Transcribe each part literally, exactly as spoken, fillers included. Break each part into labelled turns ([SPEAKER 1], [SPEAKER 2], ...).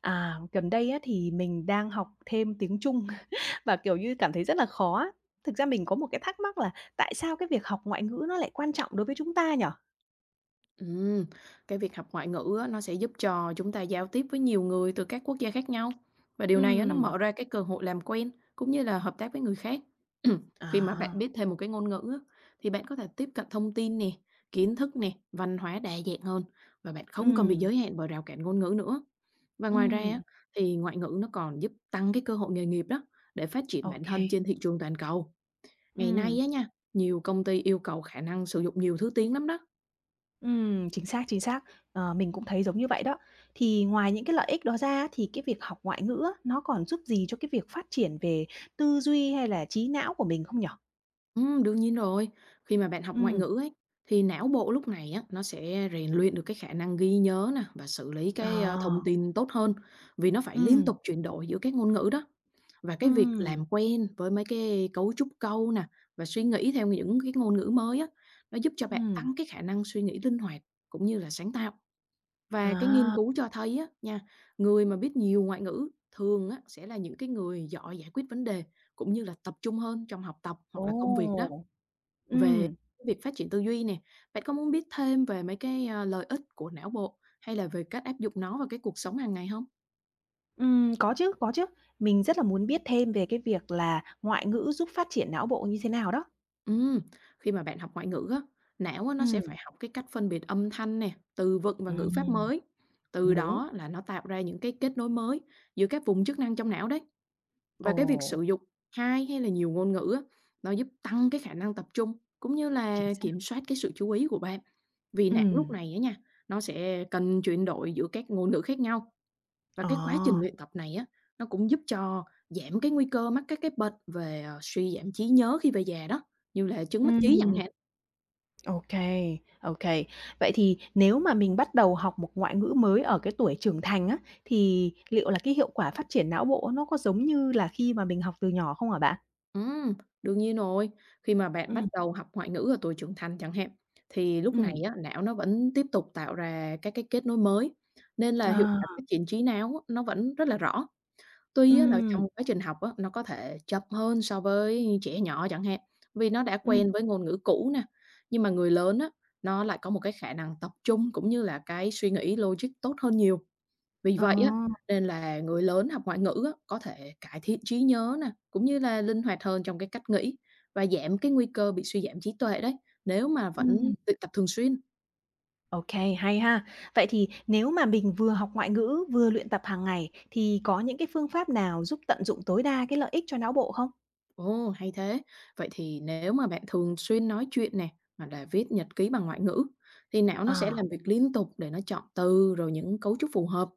[SPEAKER 1] À, gần đây á, thì mình đang học thêm tiếng Trung và, kiểu như, cảm thấy rất là khó á. Thực ra mình có một cái thắc mắc là tại sao cái việc học ngoại ngữ nó lại quan trọng đối với chúng ta nhở?
[SPEAKER 2] Ừm, cái việc học ngoại ngữ á, nó sẽ giúp cho chúng ta giao tiếp với nhiều người từ các quốc gia khác nhau và điều này á, nó
[SPEAKER 1] Ừm,
[SPEAKER 2] mở ra cái cơ hội làm quen cũng như là hợp tác với người khác. Khi mà bạn
[SPEAKER 1] à,
[SPEAKER 2] biết thêm một cái ngôn ngữ á, thì bạn có thể tiếp cận thông tin nè, kiến thức nè, văn hóa đa dạng hơn và bạn không còn bị
[SPEAKER 1] ừm,
[SPEAKER 2] giới hạn bởi rào cản ngôn ngữ nữa. Và ngoài ra á,
[SPEAKER 1] ừm,
[SPEAKER 2] thì ngoại ngữ nó còn giúp tăng cái cơ hội nghề nghiệp đó để phát triển
[SPEAKER 1] ok
[SPEAKER 2] bản
[SPEAKER 1] kê,
[SPEAKER 2] thân trên thị trường toàn cầu. Ngày
[SPEAKER 1] ừm,
[SPEAKER 2] nay á nha, nhiều công ty yêu cầu khả năng sử dụng nhiều thứ tiếng lắm đó.
[SPEAKER 1] ừm, chính xác, chính xác. Ờ, mình cũng thấy giống như vậy đó. Thì ngoài những cái lợi ích đó ra thì cái việc học ngoại ngữ á, nó còn giúp gì cho cái việc phát triển về tư duy hay là trí não của mình không nhở?
[SPEAKER 2] Ừm, đương nhiên rồi. Khi mà bạn học ngoại
[SPEAKER 1] Ừm,
[SPEAKER 2] ngữ ấy, thì não bộ lúc này á, nó sẽ rèn luyện được cái khả năng ghi nhớ nè và xử lý cái, ơ, thông
[SPEAKER 1] à,
[SPEAKER 2] tin tốt hơn, vì nó phải liên
[SPEAKER 1] ừm,
[SPEAKER 2] tục chuyển đổi giữa các ngôn ngữ đó. Và cái việc
[SPEAKER 1] ừm,
[SPEAKER 2] làm quen với mấy cái cấu trúc câu nè, và suy nghĩ theo những cái ngôn ngữ mới á, nó giúp cho bạn
[SPEAKER 1] ừm,
[SPEAKER 2] tăng cái khả năng suy nghĩ linh hoạt cũng như là sáng tạo. Và cái nghiên
[SPEAKER 1] à.
[SPEAKER 2] cứu cho thấy á nha, người mà biết nhiều ngoại ngữ thường á, sẽ là những cái người giỏi giải quyết vấn đề cũng như là tập trung hơn trong học tập hoặc là công việc đó.
[SPEAKER 1] Ồ!
[SPEAKER 2] Về
[SPEAKER 1] Ừm,
[SPEAKER 2] việc phát triển tư duy nè, bạn có muốn biết thêm về mấy cái, a, lợi ích của não bộ hay là về cách áp dụng nó vào cái cuộc sống hàng ngày không?
[SPEAKER 1] ừm, có chứ, có chứ. Mình rất là muốn biết thêm về cái việc là ngoại ngữ giúp phát triển não bộ như thế nào đó.
[SPEAKER 2] Ừm, khi mà bạn học ngoại ngữ á, não á nó sẽ
[SPEAKER 1] Ừm.
[SPEAKER 2] phải học cái cách phân biệt âm thanh nè, từ vựng và ngữ pháp
[SPEAKER 1] Ừm,
[SPEAKER 2] mới.
[SPEAKER 1] cũng
[SPEAKER 2] Từ
[SPEAKER 1] đúng.
[SPEAKER 2] đó là nó tạo ra những cái kết nối mới giữa các vùng chức năng trong não đấy. Và cái việc
[SPEAKER 1] Ồ,
[SPEAKER 2] sử dụng hai hay là nhiều ngôn ngữ á, nó giúp tăng cái khả năng tập trung cũng như
[SPEAKER 1] chính
[SPEAKER 2] là
[SPEAKER 1] xác.
[SPEAKER 2] kiểm soát cái sự chú ý của bạn. Vì não lúc
[SPEAKER 1] Ừm.
[SPEAKER 2] này á nha, nó sẽ cần chuyển đổi giữa các ngôn ngữ khác nhau. Và
[SPEAKER 1] Ờ.
[SPEAKER 2] cái quá trình luyện tập này á, nó cũng giúp cho giảm cái nguy cơ mắc các cái bệnh về, ờ, suy giảm trí nhớ khi về già đó, như là chứng mất trí chẳng
[SPEAKER 1] Ừm,
[SPEAKER 2] hạn.
[SPEAKER 1] ô kê. Vậy thì nếu mà mình bắt đầu học một ngoại ngữ mới ở cái tuổi trưởng thành á, thì liệu là cái hiệu quả phát triển não bộ nó có giống như là khi mà mình học từ nhỏ không hả bạn?
[SPEAKER 2] Ừm, đương nhiên rồi, khi mà bạn bắt
[SPEAKER 1] Ừm,
[SPEAKER 2] đầu học ngoại ngữ ở tuổi trưởng thành chẳng hạn, thì lúc này
[SPEAKER 1] ừm.
[SPEAKER 2] á, não nó vẫn tiếp tục tạo ra các cái kết nối mới, nên là hiệu
[SPEAKER 1] À,
[SPEAKER 2] quả phát triển trí não nó vẫn rất là rõ. Tuy á là
[SPEAKER 1] ừm,
[SPEAKER 2] trong quá trình học á, nó có thể chậm hơn so với trẻ nhỏ chẳng hạn, vì nó đã
[SPEAKER 1] ừm,
[SPEAKER 2] quen với ngôn ngữ cũ nè, nhưng mà người lớn á, nó lại có một cái khả năng tập trung cũng như là cái suy nghĩ logic tốt hơn nhiều. Vì
[SPEAKER 1] ờ,
[SPEAKER 2] vậy á, nên là người lớn học ngoại ngữ á, có thể cải thiện trí nhớ nè, cũng như là linh hoạt hơn trong cái cách nghĩ và giảm cái nguy cơ bị suy giảm trí tuệ đấy, nếu mà vẫn
[SPEAKER 1] ừm.
[SPEAKER 2] luyện tập thường xuyên.
[SPEAKER 1] OK, hay ha. Vậy thì nếu mà mình vừa học ngoại ngữ, vừa luyện tập hàng ngày thì có những cái phương pháp nào giúp tận dụng tối đa cái lợi ích cho não bộ không?
[SPEAKER 2] Ồ, hay thế. Vậy thì nếu mà bạn thường xuyên nói chuyện nè, hoặc là viết nhật ký bằng ngoại ngữ, thì não nó sẽ
[SPEAKER 1] Ờ,
[SPEAKER 2] làm việc liên tục để nó chọn từ rồi những cấu trúc phù hợp.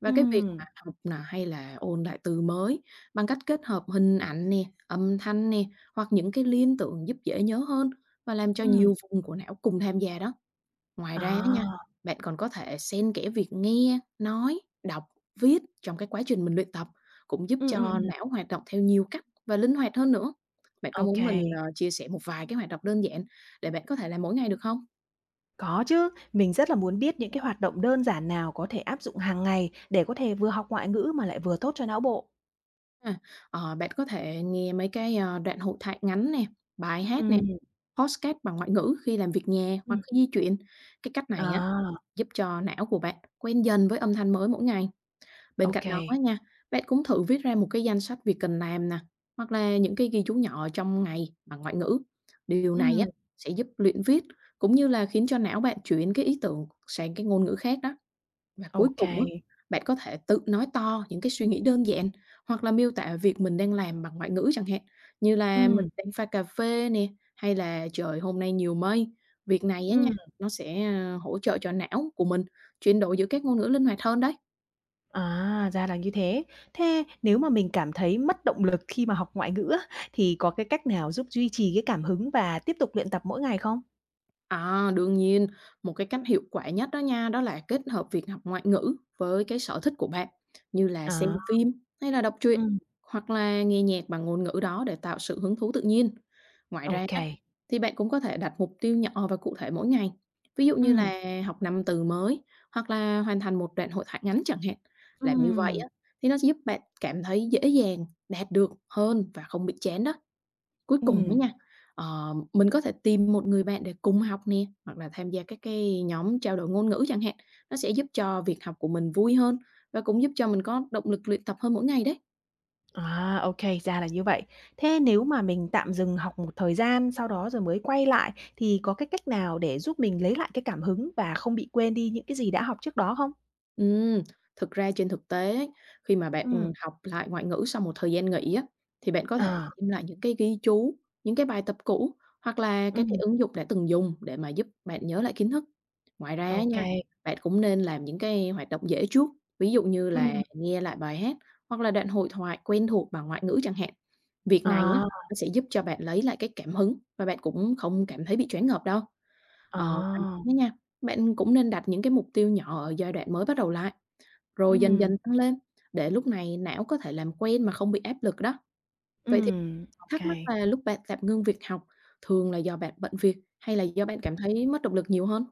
[SPEAKER 2] Và cái việc
[SPEAKER 1] ừm,
[SPEAKER 2] mà học là hay là ôn lại từ mới bằng cách kết hợp hình ảnh nè, âm thanh nè, hoặc những cái liên tưởng giúp dễ nhớ hơn và làm cho
[SPEAKER 1] ừm,
[SPEAKER 2] nhiều vùng của não cùng tham gia đó. Ngoài ra nha,
[SPEAKER 1] à,
[SPEAKER 2] bạn còn có thể xen kẽ việc nghe, nói, đọc, viết trong cái quá trình mình luyện tập, cũng giúp
[SPEAKER 1] ừm, ừm,
[SPEAKER 2] cho
[SPEAKER 1] ừm,
[SPEAKER 2] não hoạt động theo nhiều cách và linh hoạt hơn nữa. Bạn có muốn mình
[SPEAKER 1] OK,
[SPEAKER 2] ờ, chia sẻ một vài cái hoạt động đơn giản để bạn có thể làm mỗi ngày được không?
[SPEAKER 1] có chứ. Mình rất là muốn biết những cái hoạt động đơn giản nào có thể áp dụng hàng ngày để có thể vừa học ngoại ngữ mà lại vừa tốt cho não bộ.
[SPEAKER 2] À, ờ, bạn có thể nghe mấy cái ờ, đoạn hội thoại ngắn nè, bài hát nè,
[SPEAKER 1] Ừm,
[SPEAKER 2] podcast bằng ngoại ngữ khi làm việc nhà
[SPEAKER 1] ừm,
[SPEAKER 2] hoặc khi di chuyển. Cái cách này á
[SPEAKER 1] à,
[SPEAKER 2] giúp cho não của bạn quen dần với âm thanh mới mỗi ngày. Bên cạnh đó á
[SPEAKER 1] OK,
[SPEAKER 2] nha, bạn cũng thử viết ra một cái danh sách việc cần làm nè, hoặc là những cái ghi chú nhỏ trong ngày bằng ngoại ngữ. Điều này á
[SPEAKER 1] ừm,
[SPEAKER 2] sẽ giúp luyện viết cũng như là khiến cho não bạn chuyển cái ý tưởng sang cái ngôn ngữ khác đó. Và cuối cùng á,
[SPEAKER 1] OK,
[SPEAKER 2] bạn có thể tự nói to những cái suy nghĩ đơn giản hoặc là miêu tả việc mình đang làm bằng ngoại ngữ chẳng hạn, như là mình
[SPEAKER 1] ừm,
[SPEAKER 2] đang pha cà phê nè, hay là trời hôm nay nhiều mây. Việc này á nha,
[SPEAKER 1] ừm.
[SPEAKER 2] nó sẽ ờ, hỗ trợ cho não của mình chuyển đổi giữa các ngôn ngữ linh hoạt hơn đấy.
[SPEAKER 1] À, ra là như thế. Thế nếu mà mình cảm thấy mất động lực khi mà học ngoại ngữ á, thì có cái cách nào giúp duy trì cái cảm hứng và tiếp tục luyện tập mỗi ngày không?
[SPEAKER 2] À, đương nhiên, một cái cách hiệu quả nhất đó nha, đó là kết hợp việc học ngoại ngữ với cái sở thích của bạn, như là xem
[SPEAKER 1] À,
[SPEAKER 2] phim hay là đọc truyện,
[SPEAKER 1] ừm,
[SPEAKER 2] hoặc là nghe nhạc bằng ngôn ngữ đó để tạo sự hứng thú tự nhiên. Ngoài
[SPEAKER 1] ô
[SPEAKER 2] ra á,
[SPEAKER 1] kê.
[SPEAKER 2] thì bạn cũng có thể đặt mục tiêu nhỏ và cụ thể mỗi ngày, ví dụ như
[SPEAKER 1] Ừm,
[SPEAKER 2] là học năm từ mới hoặc là hoàn thành một đoạn hội thoại ngắn chẳng hạn. Làm như vậy
[SPEAKER 1] ừm,
[SPEAKER 2] á, thì nó sẽ giúp bạn cảm thấy dễ dàng đạt được hơn và không bị chán đó. Cuối cùng á
[SPEAKER 1] ừm.
[SPEAKER 2] nha, ờ, mình có thể tìm một người bạn để cùng học nè, hoặc là tham gia các cái nhóm trao đổi ngôn ngữ chẳng hạn. Nó sẽ giúp cho việc học của mình vui hơn và cũng giúp cho mình có động lực luyện tập hơn mỗi ngày đấy.
[SPEAKER 1] À, ô, ra là như vậy. Thế nếu mà mình tạm dừng học một thời gian, sau đó rồi mới quay lại thì có cái cách nào để giúp mình lấy lại cái cảm hứng và không bị quên đi những cái gì đã học trước đó không?
[SPEAKER 2] Ừm, thực ra trên thực tế ấy, khi mà bạn,
[SPEAKER 1] Ừm,
[SPEAKER 2] học lại ngoại ngữ sau một thời gian nghỉ á, thì bạn có thể
[SPEAKER 1] à,
[SPEAKER 2] xem lại những cái ghi chú, những cái bài tập cũ hoặc là các cái
[SPEAKER 1] ừm,
[SPEAKER 2] ứng dụng đã từng dùng để mà giúp bạn nhớ lại kiến thức. Ngoài ra
[SPEAKER 1] ô
[SPEAKER 2] á nha,
[SPEAKER 1] kê.
[SPEAKER 2] bạn cũng nên làm những cái hoạt động dễ trước, ví dụ như là
[SPEAKER 1] Ừm,
[SPEAKER 2] nghe lại bài hát hoặc là đoạn hội thoại quen thuộc bằng ngoại ngữ chẳng hạn. Việc này á,
[SPEAKER 1] à,
[SPEAKER 2] nó sẽ giúp cho bạn lấy lại cái cảm hứng và bạn cũng không cảm thấy bị choáng ngợp đâu. Ờ, ngoài
[SPEAKER 1] à,
[SPEAKER 2] ra nha, bạn cũng nên đặt những cái mục tiêu nhỏ ở giai đoạn mới bắt đầu lại. Rồi dần
[SPEAKER 1] ừm.
[SPEAKER 2] dần tăng lên, để lúc này não có thể làm quen mà không bị áp lực đó. Vậy thì
[SPEAKER 1] Ừm, OK.
[SPEAKER 2] thắc mắc là lúc bạn tạm ngưng việc học, thường là do bạn bận việc hay là do bạn cảm thấy mất động lực nhiều hơn?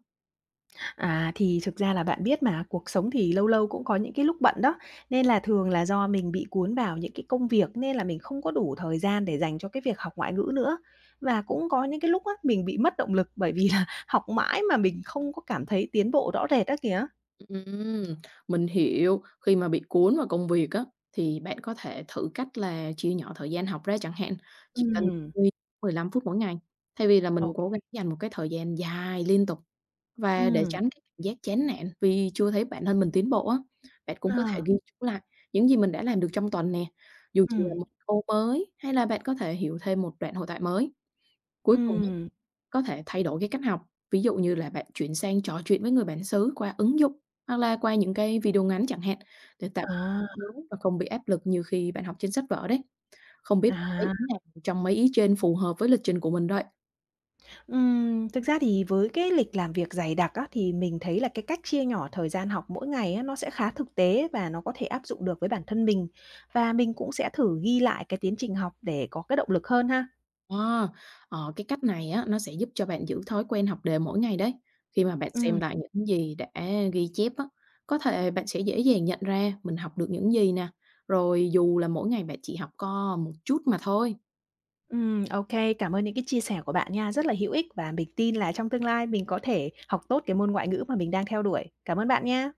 [SPEAKER 1] À, thì thực ra là bạn biết mà, cuộc sống thì lâu lâu cũng có những cái lúc bận đó, nên là thường là do mình bị cuốn vào những cái công việc nên là mình không có đủ thời gian để dành cho cái việc học ngoại ngữ nữa. Và cũng có những cái lúc á, mình bị mất động lực bởi vì là học mãi mà mình không có cảm thấy tiến bộ rõ rệt á kìa.
[SPEAKER 2] Ừm, mình hiểu, khi mà bị cuốn vào công việc á, thì bạn có thể thử cách là chia nhỏ thời gian học ra chẳng hạn, chỉ cần
[SPEAKER 1] Ừm,
[SPEAKER 2] mười mười lăm phút mỗi ngày, thay vì là
[SPEAKER 1] ồ,
[SPEAKER 2] mình cố gắng dành một cái thời gian dài liên tục. Và để
[SPEAKER 1] ừm,
[SPEAKER 2] tránh cái cảm giác chán nản vì chưa thấy bản thân mình tiến bộ á, bạn cũng
[SPEAKER 1] ờ,
[SPEAKER 2] có thể ghi chú lại những gì mình đã làm được trong tuần nè, dù chỉ là
[SPEAKER 1] ừm,
[SPEAKER 2] một câu mới hay là bạn có thể hiểu thêm một đoạn hội thoại mới. Cuối cùng á,
[SPEAKER 1] ừm,
[SPEAKER 2] có thể thay đổi cái cách học, ví dụ như là bạn chuyển sang trò chuyện với người bản xứ qua ứng dụng hoặc là qua những cái video ngắn chẳng hạn để tạo
[SPEAKER 1] à,
[SPEAKER 2] nhớ và không bị áp lực như khi bạn học trên sách vở đấy. Không biết bạn thấy
[SPEAKER 1] à.
[SPEAKER 2] ý nào trong mấy ý trên phù hợp với lịch trình của mình vậy?
[SPEAKER 1] Ừm, thực ra thì với cái lịch làm việc dày đặc á, thì mình thấy là cái cách chia nhỏ thời gian học mỗi ngày á, nó sẽ khá thực tế và nó có thể áp dụng được với bản thân mình. Và mình cũng sẽ thử ghi lại cái tiến trình học để có cái động lực hơn ha.
[SPEAKER 2] Ờ, ờ, cái cách này á, nó sẽ giúp cho bạn giữ thói quen học đề mỗi ngày đấy. Khi mà bạn
[SPEAKER 1] Ừm,
[SPEAKER 2] xem lại những gì đã ghi chép á, có thể bạn sẽ dễ dàng nhận ra mình học được những gì nè. Rồi dù là mỗi ngày bạn chỉ học có một chút mà thôi.
[SPEAKER 1] ừm, OK, cảm ơn những cái chia sẻ của bạn nha, rất là hữu ích và mình tin là trong tương lai mình có thể học tốt cái môn ngoại ngữ mà mình đang theo đuổi. Cảm ơn bạn nha.